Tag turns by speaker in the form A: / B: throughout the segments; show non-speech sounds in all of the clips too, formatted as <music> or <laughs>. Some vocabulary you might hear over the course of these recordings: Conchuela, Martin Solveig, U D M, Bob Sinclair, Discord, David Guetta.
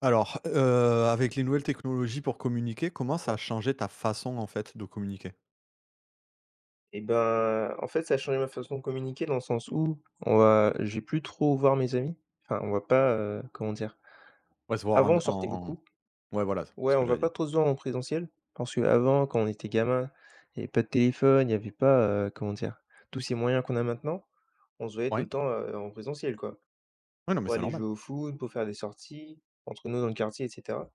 A: Alors, avec les nouvelles technologies pour communiquer, comment ça a
B: Ouais.
A: changé ta façon, en fait, de communiquer?
B: Et ben, en fait, ça a changé ma façon de communiquer dans le sens où on va je vais plus trop voir mes amis. Enfin, on va pas, comment dire?
A: Ouais, se voir
B: Avant,
A: en
B: on sortait beaucoup.
A: ouais, voilà, c'est
B: Ouais,
A: ce
B: on
A: que
B: va
A: j'allais
B: pas
A: dire.
B: trop se voir en présentiel parce que avant, quand on était gamin, il y avait pas de téléphone, il y avait pas, comment dire? Tous ces moyens qu'on a maintenant. On se voyait tout
A: Ouais,
B: le temps, en présentiel, quoi,
A: ouais, non, mais
B: pour
A: c'est
B: aller
A: normal.
B: jouer au foot, pour faire des sorties entre nous dans le quartier et cetera.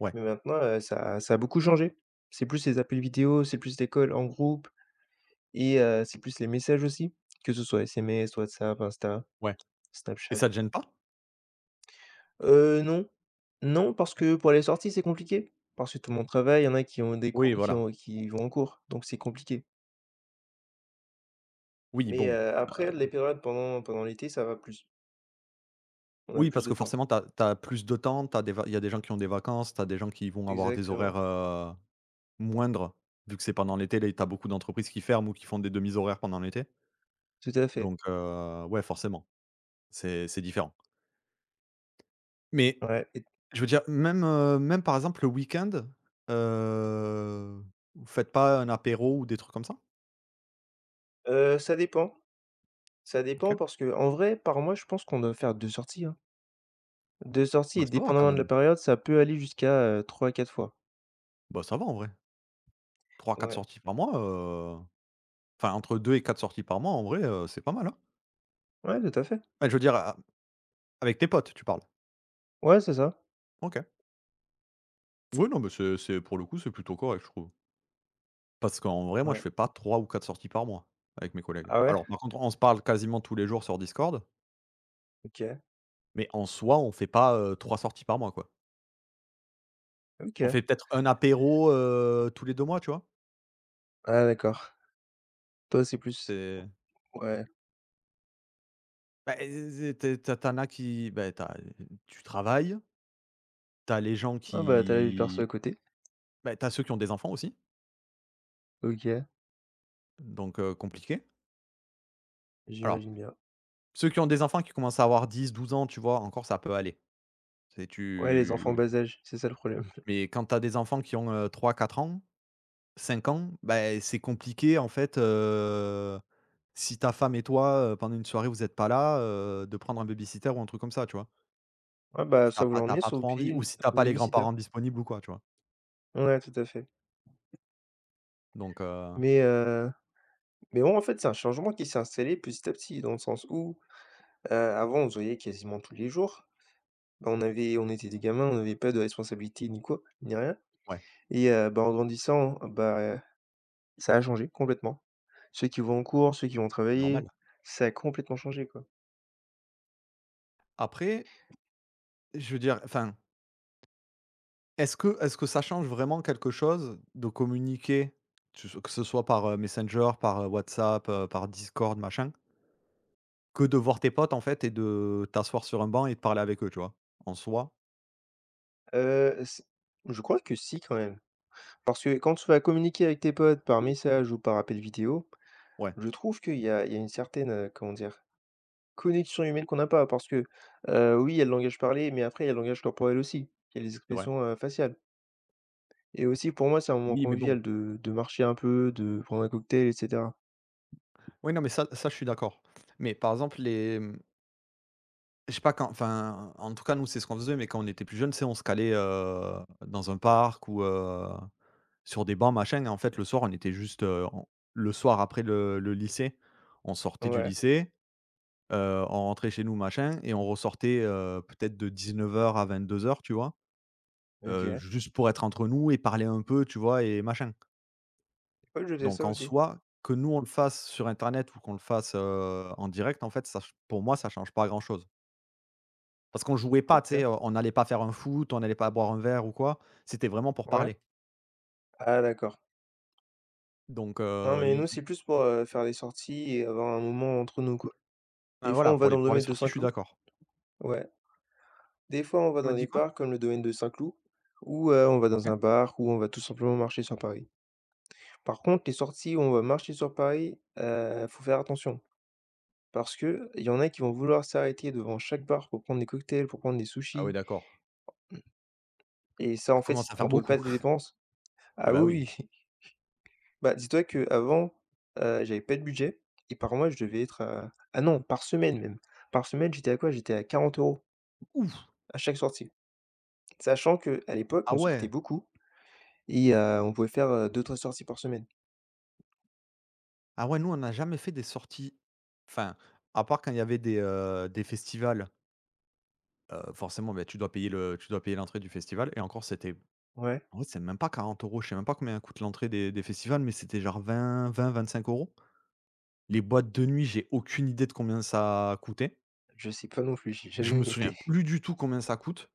A: Ouais,
B: Mais maintenant, ça a beaucoup changé. C'est plus les appels vidéo, c'est plus l'école en groupe. Et c'est plus les messages aussi, que ce soit SMS, WhatsApp, Insta,
A: ouais et
B: Snapchat.
A: ça te gêne pas?
B: Non. Non, parce
A: OK.
B: que pour les sorties, c'est compliqué. Parce que tout le monde travaille, il y en a qui ont des
A: Oui,
B: cours
A: voilà.
B: qui vont en cours, donc c'est compliqué.
A: Oui,
B: Mais,
A: bon.
B: après les périodes pendant l'été, ça va plus. On a
A: Oui,
B: plus
A: parce
B: de
A: que
B: temps.
A: forcément, t'as as plus de temps. T'as des va Il y a des gens qui ont des vacances, t'as des gens qui vont avoir des horaires,
B: Exactement.
A: moindres, vu que c'est pendant l'été, les tu beaucoup d'entreprises qui ferment ou qui font des demi horaires pendant l'été.
B: Tout à fait.
A: Donc, ouais, forcément, c'est différent. Mais
B: Ouais et
A: je veux dire, même, même par exemple le week-end, heu, vous faites pas un apéro ou des trucs comme ça?
B: ça dépend. Ça dépend
A: OK.
B: parce que en vrai, par mois, je pense qu'on doit faire 2 sorties, hein. 2 sorties
A: Bah,
B: et
A: ça va quand
B: dépendamment de la
A: même.
B: période, ça peut aller jusqu'à, 3 à 4 fois.
A: Bah, ça va en vrai. Trois quatre
B: Ouais.
A: sorties par mois, enfin entre 2 et quatre sorties par mois en vrai, c'est pas mal, hein?
B: Ouais, tout à fait.
A: Bah, je veux dire, a avec tes potes, tu parles?
B: Ouais, c'est ça.
A: OK. Oui, non, mais c'est pour le coup, c'est plutôt correct, je trouve. Parce qu'en vrai, moi, je
B: Ouais.
A: fais pas 3 ou 4 sorties par mois avec mes collègues.
B: Ah ouais?
A: Alors par contre, on se parle quasiment tous les jours sur Discord,
B: OK,
A: mais en soi, on fait pas, 3 sorties par mois, quoi. On
B: OK.
A: fait peut-être un apéro, tous les 2 mois, tu vois?
B: Ah d'accord. Toi, c'est plus
A: C'est
B: ouais.
A: bah, c'est tu en as qui bah, t'as as tu travailles, t'as as les gens
B: Ah bah, t'as la vie perso à
A: qui
B: côté.
A: bah, t'as as ceux qui ont des enfants aussi,
B: OK,
A: donc compliqué. Alors,
B: j'imagine bien.
A: ceux qui ont des enfants qui commencent à avoir 10-12 ans, tu vois, encore ça peut aller. C'est
B: Ouais, les enfants
A: tu
B: bas âge, c'est ça le problème.
A: Mais quand t'as as des enfants qui ont, 3-4 ans, 5 ans, bah, c'est compliqué en fait, si ta femme et toi, pendant une soirée, vous êtes pas là, de prendre un baby ou un truc comme ça, tu vois?
B: Ah bah,
A: Si tu
B: soit vous
A: pas tu
B: l'emmenez,
A: pas
B: soit vous
A: trop
B: payez
A: envie
B: une
A: ou si tu pas les
B: baby.
A: grands-parents disponibles ou quoi, tu vois?
B: Ouais, tout à fait.
A: Donc
B: Mais heu, mais bon, en fait, c'est un changement qui s'est installé petit à petit, dans le sens où, avant, on se voyait quasiment tous les jours. Bah, on était des gamins, on avait pas de responsabilité ni quoi, ni rien
A: ouais.
B: et bah, en grandissant, bah, ça a changé complètement. Ceux qui vont en cours, ceux qui vont
A: C'est normal.
B: travailler, ça a complètement changé, quoi.
A: Après, je veux dire, enfin, est-ce que ça change vraiment quelque chose de communiquer, que ce soit par Messenger, par WhatsApp, par Discord, machin, que de voir tes potes en fait et de t'asseoir sur un banc et de parler avec eux, tu vois. En soi,
B: C Je crois que si quand même. Parce que quand tu vas communiquer avec tes potes par message ou par appel vidéo,
A: ouais,
B: je trouve qu'il y a une certaine, comment dire? Connexion humaine qu'on n'a pas parce que, oui, il y a le langage parlé, mais après il y a le langage corporel aussi. Il y a les
A: c'est vrai.
B: expressions faciales. Et aussi pour moi, c'est un moment
A: Oui, mais bon.
B: convivial de marcher un peu, de prendre un cocktail et cetera.
A: Oui, non, mais ça je suis d'accord. Mais par exemple, je sais pas quand. Enfin, en tout cas, nous, c'est ce qu'on faisait, mais quand on était plus jeunes, c'est on se calait dans un parc ou. Sur des bancs, machin, en fait, le soir, on était juste, on le soir après le lycée, on sortait du
B: Ouais,
A: lycée, on rentrait chez nous, machin et on ressortait, peut-être de 19 h à 22 h, tu vois?
B: OK.
A: Juste pour être entre nous et parler un peu, tu vois? Et machin.
B: Ouais, je faisais ça
A: Donc en
B: aussi.
A: soi, que nous, on le fasse sur internet ou qu'on le fasse, en direct, en fait, ça ch pour moi, ça change pas grand-chose. Parce qu'on jouait pas, tu sais,
B: OK,
A: on n'allait pas faire un foot, on n'allait pas boire un verre ou quoi. C'était vraiment pour
B: ouais.
A: parler.
B: Ah d'accord.
A: Donc
B: Non, mais
A: i
B: nous,
A: i
B: c'est plus pour, faire des sorties et avoir un moment entre nous, quoi.
A: ah
B: Des fois,
A: voilà,
B: on va
A: pour
B: dans
A: les
B: le
A: pour les
B: domaine de
A: sorties, je suis
B: Saint-Cloud.
A: d'accord.
B: Ouais. Des fois, on va
A: Tu m'as
B: dans des
A: dit quoi?
B: parcs comme le domaine de Saint-Cloud, ou on va dans
A: OK.
B: un bar, ou on va tout simplement marcher sur Paris. Par contre, les sorties où on va marcher sur Paris, faut faire attention parce qu'il y en a qui vont vouloir s'arrêter devant chaque bar pour prendre des cocktails, pour prendre des
A: Ah oui,
B: sushis
A: d'accord.
B: et ça,
A: Ça
B: en fait, si
A: commence
B: tu
A: à faire
B: contrôles pas
A: beaucoup.
B: tes dépenses.
A: Ah
B: Ah
A: bah oui.
B: oui, oui, <laughs> bah, dis-toi qu'avant, j'avais pas de budget et par mois, je devais être à ah non, par semaine même. Par semaine, j'étais à quoi? J'étais à 40 €
A: Ouf!
B: à chaque sortie. Sachant que à l'époque,
A: Ah
B: on sortait
A: ouais!
B: beaucoup. Et on pouvait faire, 2-3 sorties par semaine.
A: Ah ouais, nous, on n'a jamais fait des sorties, enfin, à part quand il y avait des festivals, forcément, beh, tu dois payer l'entrée du festival et encore, c'était
B: Ouais,
A: en vrai, c'est même pas 40 euros, je sais même pas combien coûte l'entrée des festivals, mais c'était genre 25 euros. Les boîtes de nuit, j'ai aucune idée de combien ça coûtait.
B: je sais pas non plus, j'ai
A: Je me
B: jamais été.
A: souviens plus du tout combien ça coûte,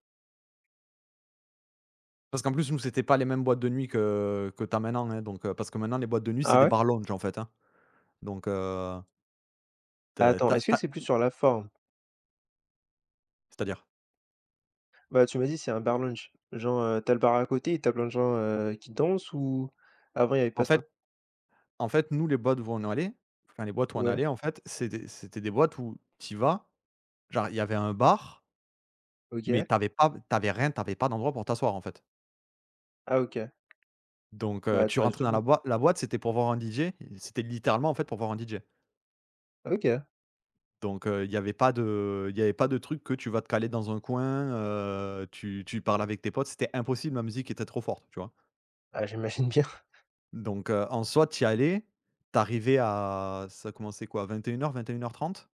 A: parce qu'en plus, nous, c'était pas les mêmes boîtes de nuit que t'as maintenant, hein, donc parce que maintenant les boîtes de nuit, c'est
B: Ah
A: des
B: ouais?
A: bar lounge, en fait, hein, donc Te
B: Attends,
A: tu
B: est-ce que
A: as
B: c'est plus sur la forme?
A: c'est-à-dire?
B: Bah, tu m'as dit c'est un bar lounge. Genre, tu le bar à côté et tu plein de gens, qui dansent ou avant il y avait
A: En
B: pas ça?
A: fait en fait, nous, les boîtes où on allait, enfin, les boîtes où on
B: Ouais,
A: allait, en fait, c'était des boîtes où t'y vas, genre, il y avait un bar, mais
B: OK.
A: t'avais pas, t'avais rien, t'avais pas d'endroit pour t'asseoir, en fait.
B: Ah OK.
A: Donc
B: Bah, tu
A: tu
B: restes
A: rentrais dans
B: debout.
A: la boîte, c'était pour voir un DJ, c'était littéralement, en fait, pour voir un DJ.
B: OK.
A: Donc il y avait pas de il y avait pas de truc que tu vas te caler dans un coin, tu parles avec tes potes, c'était impossible, la musique était trop forte, tu vois?
B: Ah, j'imagine bien. <laughs>
A: Donc en soi, tu y allais, t'arrivais à ça commençait quoi? Vingt vingt et heures 21 h 30.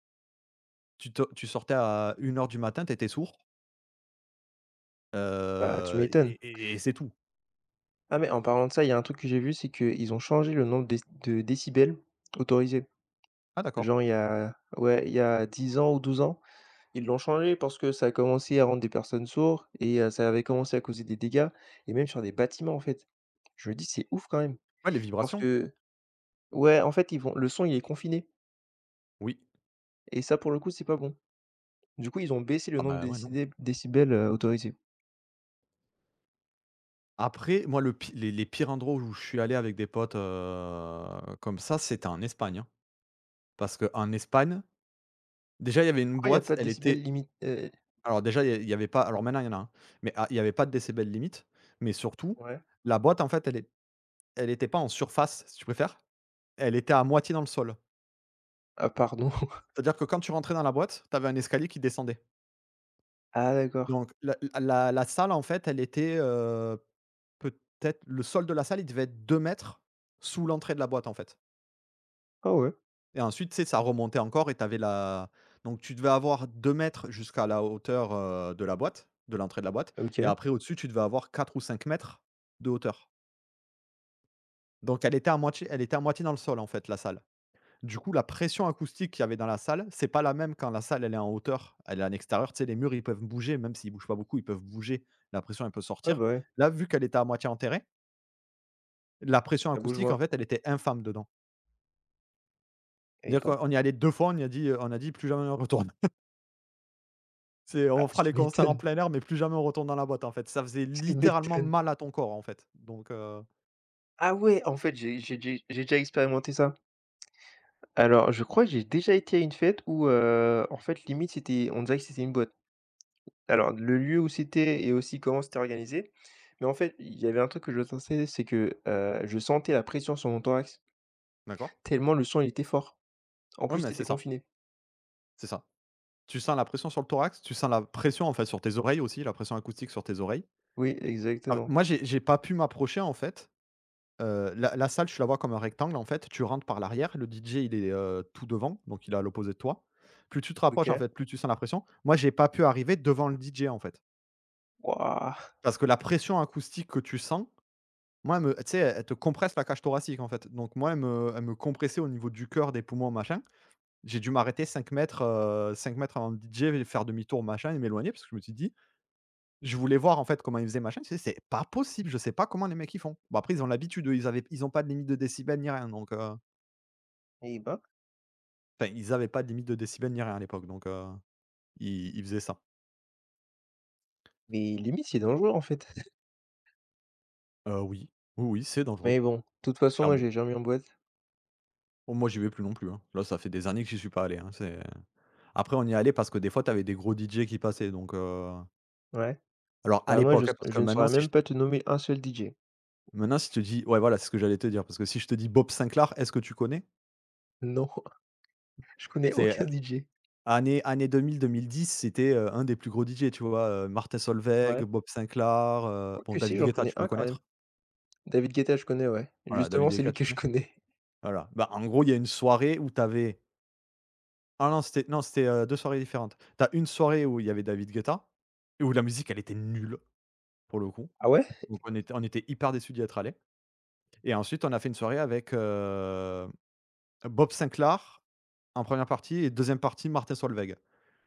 A: Tu sortais à 1 h du matin, tu étais sourd,
B: Bah, tu m'étonnes.
A: et c'est tout.
B: Ah mais en parlant de ça, il y a un truc que j'ai vu, c'est qu'ils ont changé le nombre déc de décibels autorisés.
A: Ah d'accord.
B: Genre il y a ouais, il y a 10 ans ou 12 ans, ils l'ont changé parce que ça a commencé à rendre des personnes sourdes et ça avait commencé à causer des dégâts et même sur des bâtiments, en fait. Je me dis: «C'est ouf quand même»
A: Ouais, les
B: parce
A: vibrations.
B: que ouais, en fait, ils vont le son, il est confiné
A: Oui.
B: et ça, pour le coup, c'est pas bon. Du coup, ils ont baissé le
A: Ah
B: nombre de
A: bah, ouais, non.
B: décidé décibels autorisés.
A: Après, moi, le pi les pires endroits où je suis allé avec des potes, comme ça, c'était en Espagne, hein. Parce qu'en Espagne, déjà, il y avait une
B: Pourquoi il y a
A: boîte,
B: pas de
A: elle
B: décibels
A: était,
B: limite
A: alors déjà, il y avait pas, alors maintenant, il y en a, un, mais ah, il y avait pas de décibels limite, mais surtout,
B: ouais?
A: la boîte, en fait, elle était pas en surface, si tu préfères, elle était à moitié dans le sol.
B: Ah pardon. <laughs>
A: C'est-à-dire que quand tu rentrais dans la boîte, tu avais un escalier qui descendait.
B: Ah d'accord.
A: Donc la salle, en fait, elle était, peut-être le sol de la salle, il devait être 2 mètres sous l'entrée de la boîte, en fait.
B: Ah ouais,
A: Et ensuite, tu sais, ça remontait encore et tu avais la donc tu devais avoir 2 mètres jusqu'à la hauteur, de la boîte, de l'entrée de la boîte. Et
B: OK.
A: après au-dessus, tu devais avoir 4 ou 5 mètres de hauteur. Donc elle était à moitié dans le sol, en fait, la salle. Du coup, la pression acoustique qu'il y avait dans la salle, c'est pas la même quand la salle, elle est en hauteur, elle est en extérieur. Tu sais, les murs, ils peuvent bouger, même s'ils bougent pas beaucoup, ils peuvent bouger. La pression, elle peut
B: Ouais,
A: sortir.
B: bah, ouais,
A: Là, vu qu'elle était à moitié enterrée, la pression
B: ça bouge
A: acoustique,
B: moins
A: en fait, elle était infâme dedans.
B: et
A: C'est-à-dire
B: ben
A: qu'on y allait 2 fois, on a dit: «Plus jamais on retourne». <laughs> C'est
B: ah,
A: On fera
B: tu
A: les concerts en
B: m'étonnes,
A: plein air, mais plus jamais on retourne dans la boîte, en fait. Ça faisait
B: <laughs> tu
A: littéralement
B: m'étonnes.
A: mal à ton corps, en fait. Donc,
B: Ah ouais, en fait, j'ai déjà expérimenté ça. Alors, je crois que j'ai déjà été à une fête où, en fait, limite, c'était on dirait que c'était une boîte.
A: ouais.
B: Alors, le lieu où c'était et aussi comment c'était organisé, mais en fait, il y avait un truc que je sentais, c'est que, je sentais la pression sur mon thorax,
A: D'accord.
B: tellement le son, il était fort. En
A: Ouais,
B: plus,
A: mais
B: c'était
A: c'est ça,
B: confiné.
A: c'est ça. Tu sens la pression sur le thorax, tu sens la pression, en fait, sur tes oreilles aussi, la pression acoustique sur tes oreilles.
B: Oui,
A: Ah,
B: exactement.
A: moi, j'ai pas pu m'approcher, en fait. La salle, tu la vois comme un rectangle, en fait. Tu rentres par l'arrière, le DJ, il est, tout devant, donc il est à l'opposé de toi. Plus tu te rapproches, en
B: OK.
A: fait, plus tu sens la pression. Moi, j'ai pas pu arriver devant le DJ, en fait,
B: Waouh!
A: parce que la pression acoustique que tu sens, moi, elle me tu sais, elle te compresse la cage thoracique, en fait, donc moi, elle me compressait au niveau du cœur, des poumons, machin. J'ai dû m'arrêter 5 mètres, 5 mètres avant le DJ, faire demi-tour, machin et m'éloigner parce que je me suis dit: je voulais voir en fait comment ils faisaient machin, tu sais? C'est pas possible, je sais pas comment les mecs ils font. Bon après ils ont l'habitude, eux, ils ont pas de limite de décibels ni rien donc,
B: Eh ben,
A: enfin ils avaient pas de limite de décibels ni rien à l'époque, donc ils faisaient ça.
B: mais limite, c'est dangereux, en fait. <laughs>
A: Oui, oui, oui, c'est dangereux,
B: Mais bon, de toute façon, moi,
A: clairement.
B: j'ai jamais en boîte.
A: Oh, moi j'y vais plus non plus, hein. Là ça fait des années que j'y suis pas allé, hein, c'est après on y allait parce que des fois t'avais des gros DJ qui passaient, donc
B: Ouais.
A: alors à
B: Bah, moi, je
A: l'époque, hein, parce
B: je
A: que
B: ne saurais même pas te nommer un seul DJ.
A: maintenant si je te dis, ouais voilà, c'est ce que j'allais te dire, parce que si je te dis Bob Sinclair, est-ce que tu connais?
B: Non, <laughs> je connais
A: C'est
B: aucun DJ.
A: Années années 2000-2010, c'était, un des plus gros DJ, tu vois? Martin Solveig,
B: Ouais.
A: Bob Sinclair, bon,
B: Quoique si,
A: David
B: j'en
A: Guetta,
B: connais
A: tu
B: un
A: dois
B: quand même.
A: connaître.
B: David Guetta, je connais, ouais.
A: Voilà,
B: Justement,
A: David
B: c'est lui
A: Guetta, tu
B: que je
A: connais?
B: connais.
A: Voilà. Bah, en gros, il y a une soirée où tu avais, ah non, c'était non, c'était, 2 soirées différentes. Tu as une soirée où il y avait David Guetta et où la musique, elle était nulle, pour le coup.
B: Ah ouais?
A: Donc on était hyper déçus d'y être allés et ensuite, on a fait une soirée avec, Bob Sinclair en première partie et deuxième partie, Martin Solveig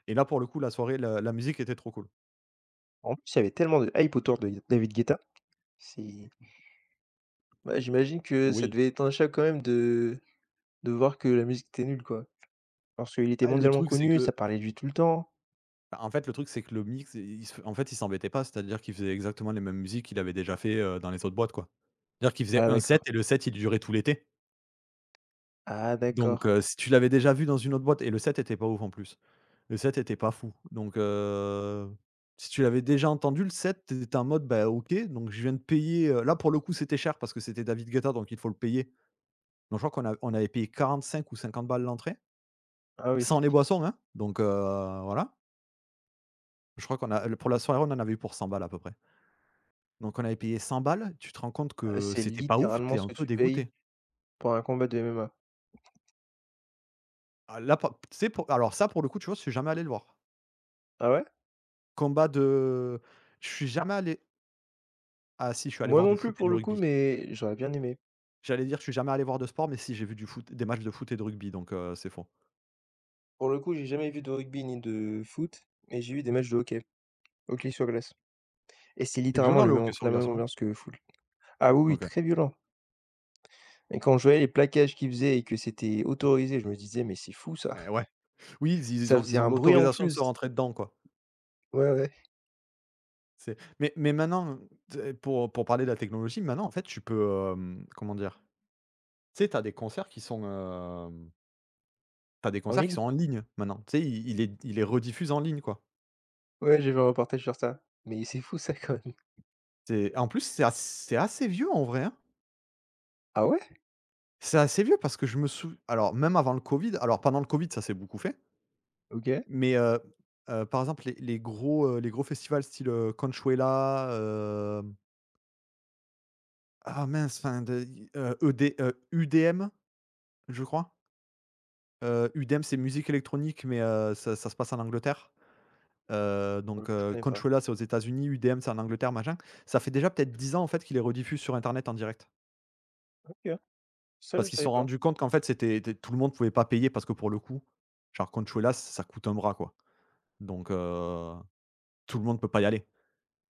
A: et là, pour le coup, la soirée, la musique était trop cool.
B: En plus, il y avait tellement de hype autour de David Guetta. C'est bah, j'imagine que ça
A: Oui.
B: devait être un choc quand même de voir que la musique était nulle, quoi? Parce qu'il était
A: Ah, le
B: mondialement
A: truc, c'est
B: connu, ça
A: que
B: parlait de lui tout le temps.
A: Bah, en fait, le truc, c'est que le mix, il se en fait, il s'embêtait pas. C'est-à-dire qu'il faisait exactement les mêmes musiques qu'il avait déjà fait, dans les autres boîtes, quoi. C'est-à-dire qu'il faisait
B: Ah
A: un
B: d'accord.
A: set et le set, il durait tout l'été.
B: Ah
A: Donc
B: d'accord.
A: si tu l'avais déjà vu dans une autre boîte et le set était pas ouf en plus. Le set était pas fou. Donc si tu l'avais déjà entendu le set, tu étais en mode: «Bah, OK, donc je viens de payer», là, pour le coup, c'était cher parce que c'était David Guetta, donc il faut le payer. Donc je crois qu'on a on avait payé 45 ou 50 balles l'entrée,
B: Ah oui,
A: sans les boissons, hein. Donc voilà. Je crois qu'on a pour la soirée, on en avait eu pour 100 balles à peu près. Donc on avait payé 100 balles, tu te rends compte
B: ah,
A: que
B: c'est
A: c'était pas ouf, tu
B: littéralement
A: es
B: ce
A: un
B: que
A: peu
B: tu payes
A: dégoûté.
B: pour un combat de MMA.
A: Ah là pa tu sais pour alors ça pour le coup, tu vois, je suis jamais allé le voir.
B: Ah ouais?
A: Combat de je suis jamais allé ah si, je suis allé
B: Moi
A: voir du
B: non plus
A: foot et
B: pour
A: du
B: le coup,
A: rugby.
B: mais j'aurais bien aimé.
A: J'allais dire je suis jamais allé voir de sport, mais si j'ai vu du foot des matchs de foot et de rugby donc c'est faux.
B: Pour le coup, j'ai jamais vu de rugby ni de foot, mais j'ai vu des matchs de hockey, hockey sur glace. Et c'est
A: C'est
B: littéralement
A: violent
B: le
A: le
B: même
A: hockey sur
B: la même
A: glace, non?
B: ambiance que le foot. Ah oui, oui,
A: OK.
B: très violent. Et quand je voyais les plaquages qu'ils faisaient et que c'était autorisé, je me disais: «Mais c'est fou ça!»
A: Eh ouais. Oui, ils
B: <laughs>
A: ils
B: Ça
A: ont
B: faisait
A: ils ont
B: un bruit en
A: l'autorisation de se
B: plus.
A: rentrer dedans, quoi.
B: Ouais, ouais.
A: C'est Mais maintenant, t pour parler de la technologie, maintenant en fait, tu peux, comment dire? Tu sais, tu as des concerts qui sont, t'as des
B: En
A: concerts qui
B: ligne?
A: sont en ligne maintenant. Tu sais, il ils les rediffusent en ligne, quoi.
B: Ouais, j'ai vu un reportage sur ça. Mais c'est fou ça quand même.
A: C'est en plus, c'est assez vieux en vrai, hein.
B: Ah ouais?
A: C'est assez vieux parce que je me sou alors même avant le Covid, alors pendant le Covid, ça s'est beaucoup fait,
B: OK.
A: mais par exemple, les gros festivals style, Conchuela, hem, ah mince, enfin de i UDM, je crois. UDM c'est musique électronique, mais ça ça se passe en Angleterre.
B: Pour le
A: Donc
B: coup, je connais pas.
A: Conchuela, c'est aux États-Unis, UDM c'est en Angleterre, machin. Ça fait déjà peut-être 10 ans, en fait, qu'il est rediffusé sur internet en direct.
B: OK. Ça, je
A: Parce qu'ils se
B: savais
A: sont
B: pas.
A: rendus compte qu'en fait, c'était té tout le monde pouvait pas payer parce que pour le coup, genre Conchuelas, ça coûte un bras, quoi. Donc tout le monde peut pas y aller.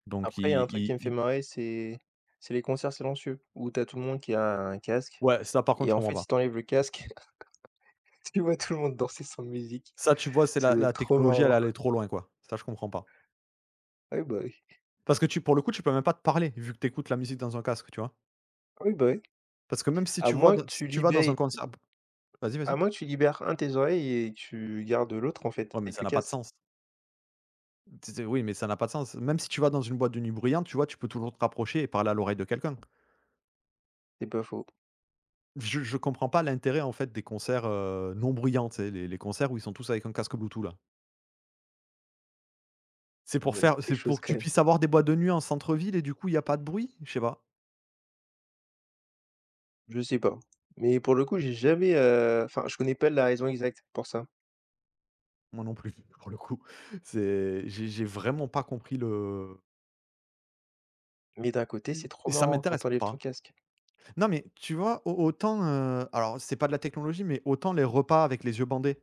A: Donc
B: Après, il y a
A: i
B: un truc qui
A: i
B: me fait
A: i
B: marrer, c'est les concerts silencieux, où tu as tout le monde qui a un casque
A: ouais, ça par contre,
B: et
A: je
B: en
A: comprends
B: fait,
A: pas.
B: si tu enlèves le casque, <laughs> tu vois tout le monde danser sans musique.
A: Ça, tu vois, c'est
B: Ça
A: la
B: doit être
A: la
B: trop
A: technologie, elle est
B: marrant.
A: allée trop loin, quoi. Ça, je comprends pas.
B: Oui, bah, oui.
A: Parce que tu pour le coup, tu peux même pas te parler, vu que tu écoutes la musique dans un casque, tu vois?
B: Oui, bah, oui.
A: Parce que même
B: À moins que tu
A: si tu vas dans
B: libères
A: un concert, vas-y,
B: à
A: vas-y.
B: moins que tu libères un de tes oreilles et que tu gardes l'autre, en fait,
A: Ouais, mais
B: avec
A: ça
B: le
A: n'a pas de
B: casque.
A: sens. Tu sais oui, mais ça n'a pas de sens. Même si tu vas dans une boîte de nuit bruyante, tu vois, tu peux toujours te rapprocher et parler à l'oreille de quelqu'un.
B: C'est pas faux.
A: Je comprends pas l'intérêt, en fait, des concerts, non bruyants, tu sais, les concerts où ils sont tous avec un casque Bluetooth, là.
B: Ah ouais, c'est quelque
A: C'est
B: chose
A: pour que
B: quand
A: tu
B: même.
A: puisses avoir des boîtes de nuit en centre-ville et du coup, il y a pas de bruit? Je sais pas.
B: Je sais pas, mais pour le coup, j'ai jamais, enfin, je connais pas la raison exacte pour ça,
A: Moi non plus, <laughs> pour le coup. C'est J'ai vraiment pas compris le
B: mais d'un côté, c'est trop
A: et ça
B: marrant quand
A: m'intéresse
B: t'enlèves ton
A: pas.
B: casque.
A: Non, mais tu vois, au autant, alors c'est pas de la technologie, mais autant les repas avec les yeux bandés,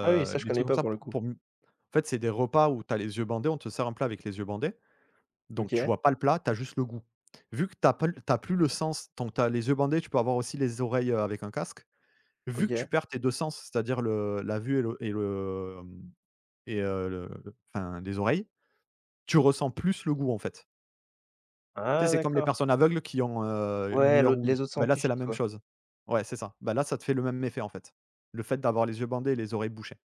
B: Ah oui, ça, je
A: les
B: connais
A: trucs comme
B: pas
A: ça
B: pour le coup.
A: pour m en fait, c'est des repas où t'as les yeux bandés, on te sert un plat avec les yeux bandés. Donc tu
B: OK,
A: vois pas le plat, tu as juste le goût. Vu que tu as pas tu plus le sens, donc tu as les yeux bandés, tu peux avoir aussi les oreilles, avec un casque. Vu que tu
B: OK.
A: perds tes 2 sens, c'est-à-dire le la vue et le, mmh et le- enfin les oreilles, tu ressens plus le goût, en fait. Tu sais,
B: Ah
A: c'est comme les
B: d'accord.
A: personnes aveugles qui ont, une
B: Ouais, l'au
A: meilleure ouïe.
B: les autres
A: Ben là, c'est
B: s'amplifient,
A: la même
B: quoi.
A: chose. Ouais, c'est ça. Ben là, ça te fait le même effet, en fait. Le fait d'avoir les yeux bandés et les oreilles bouchées.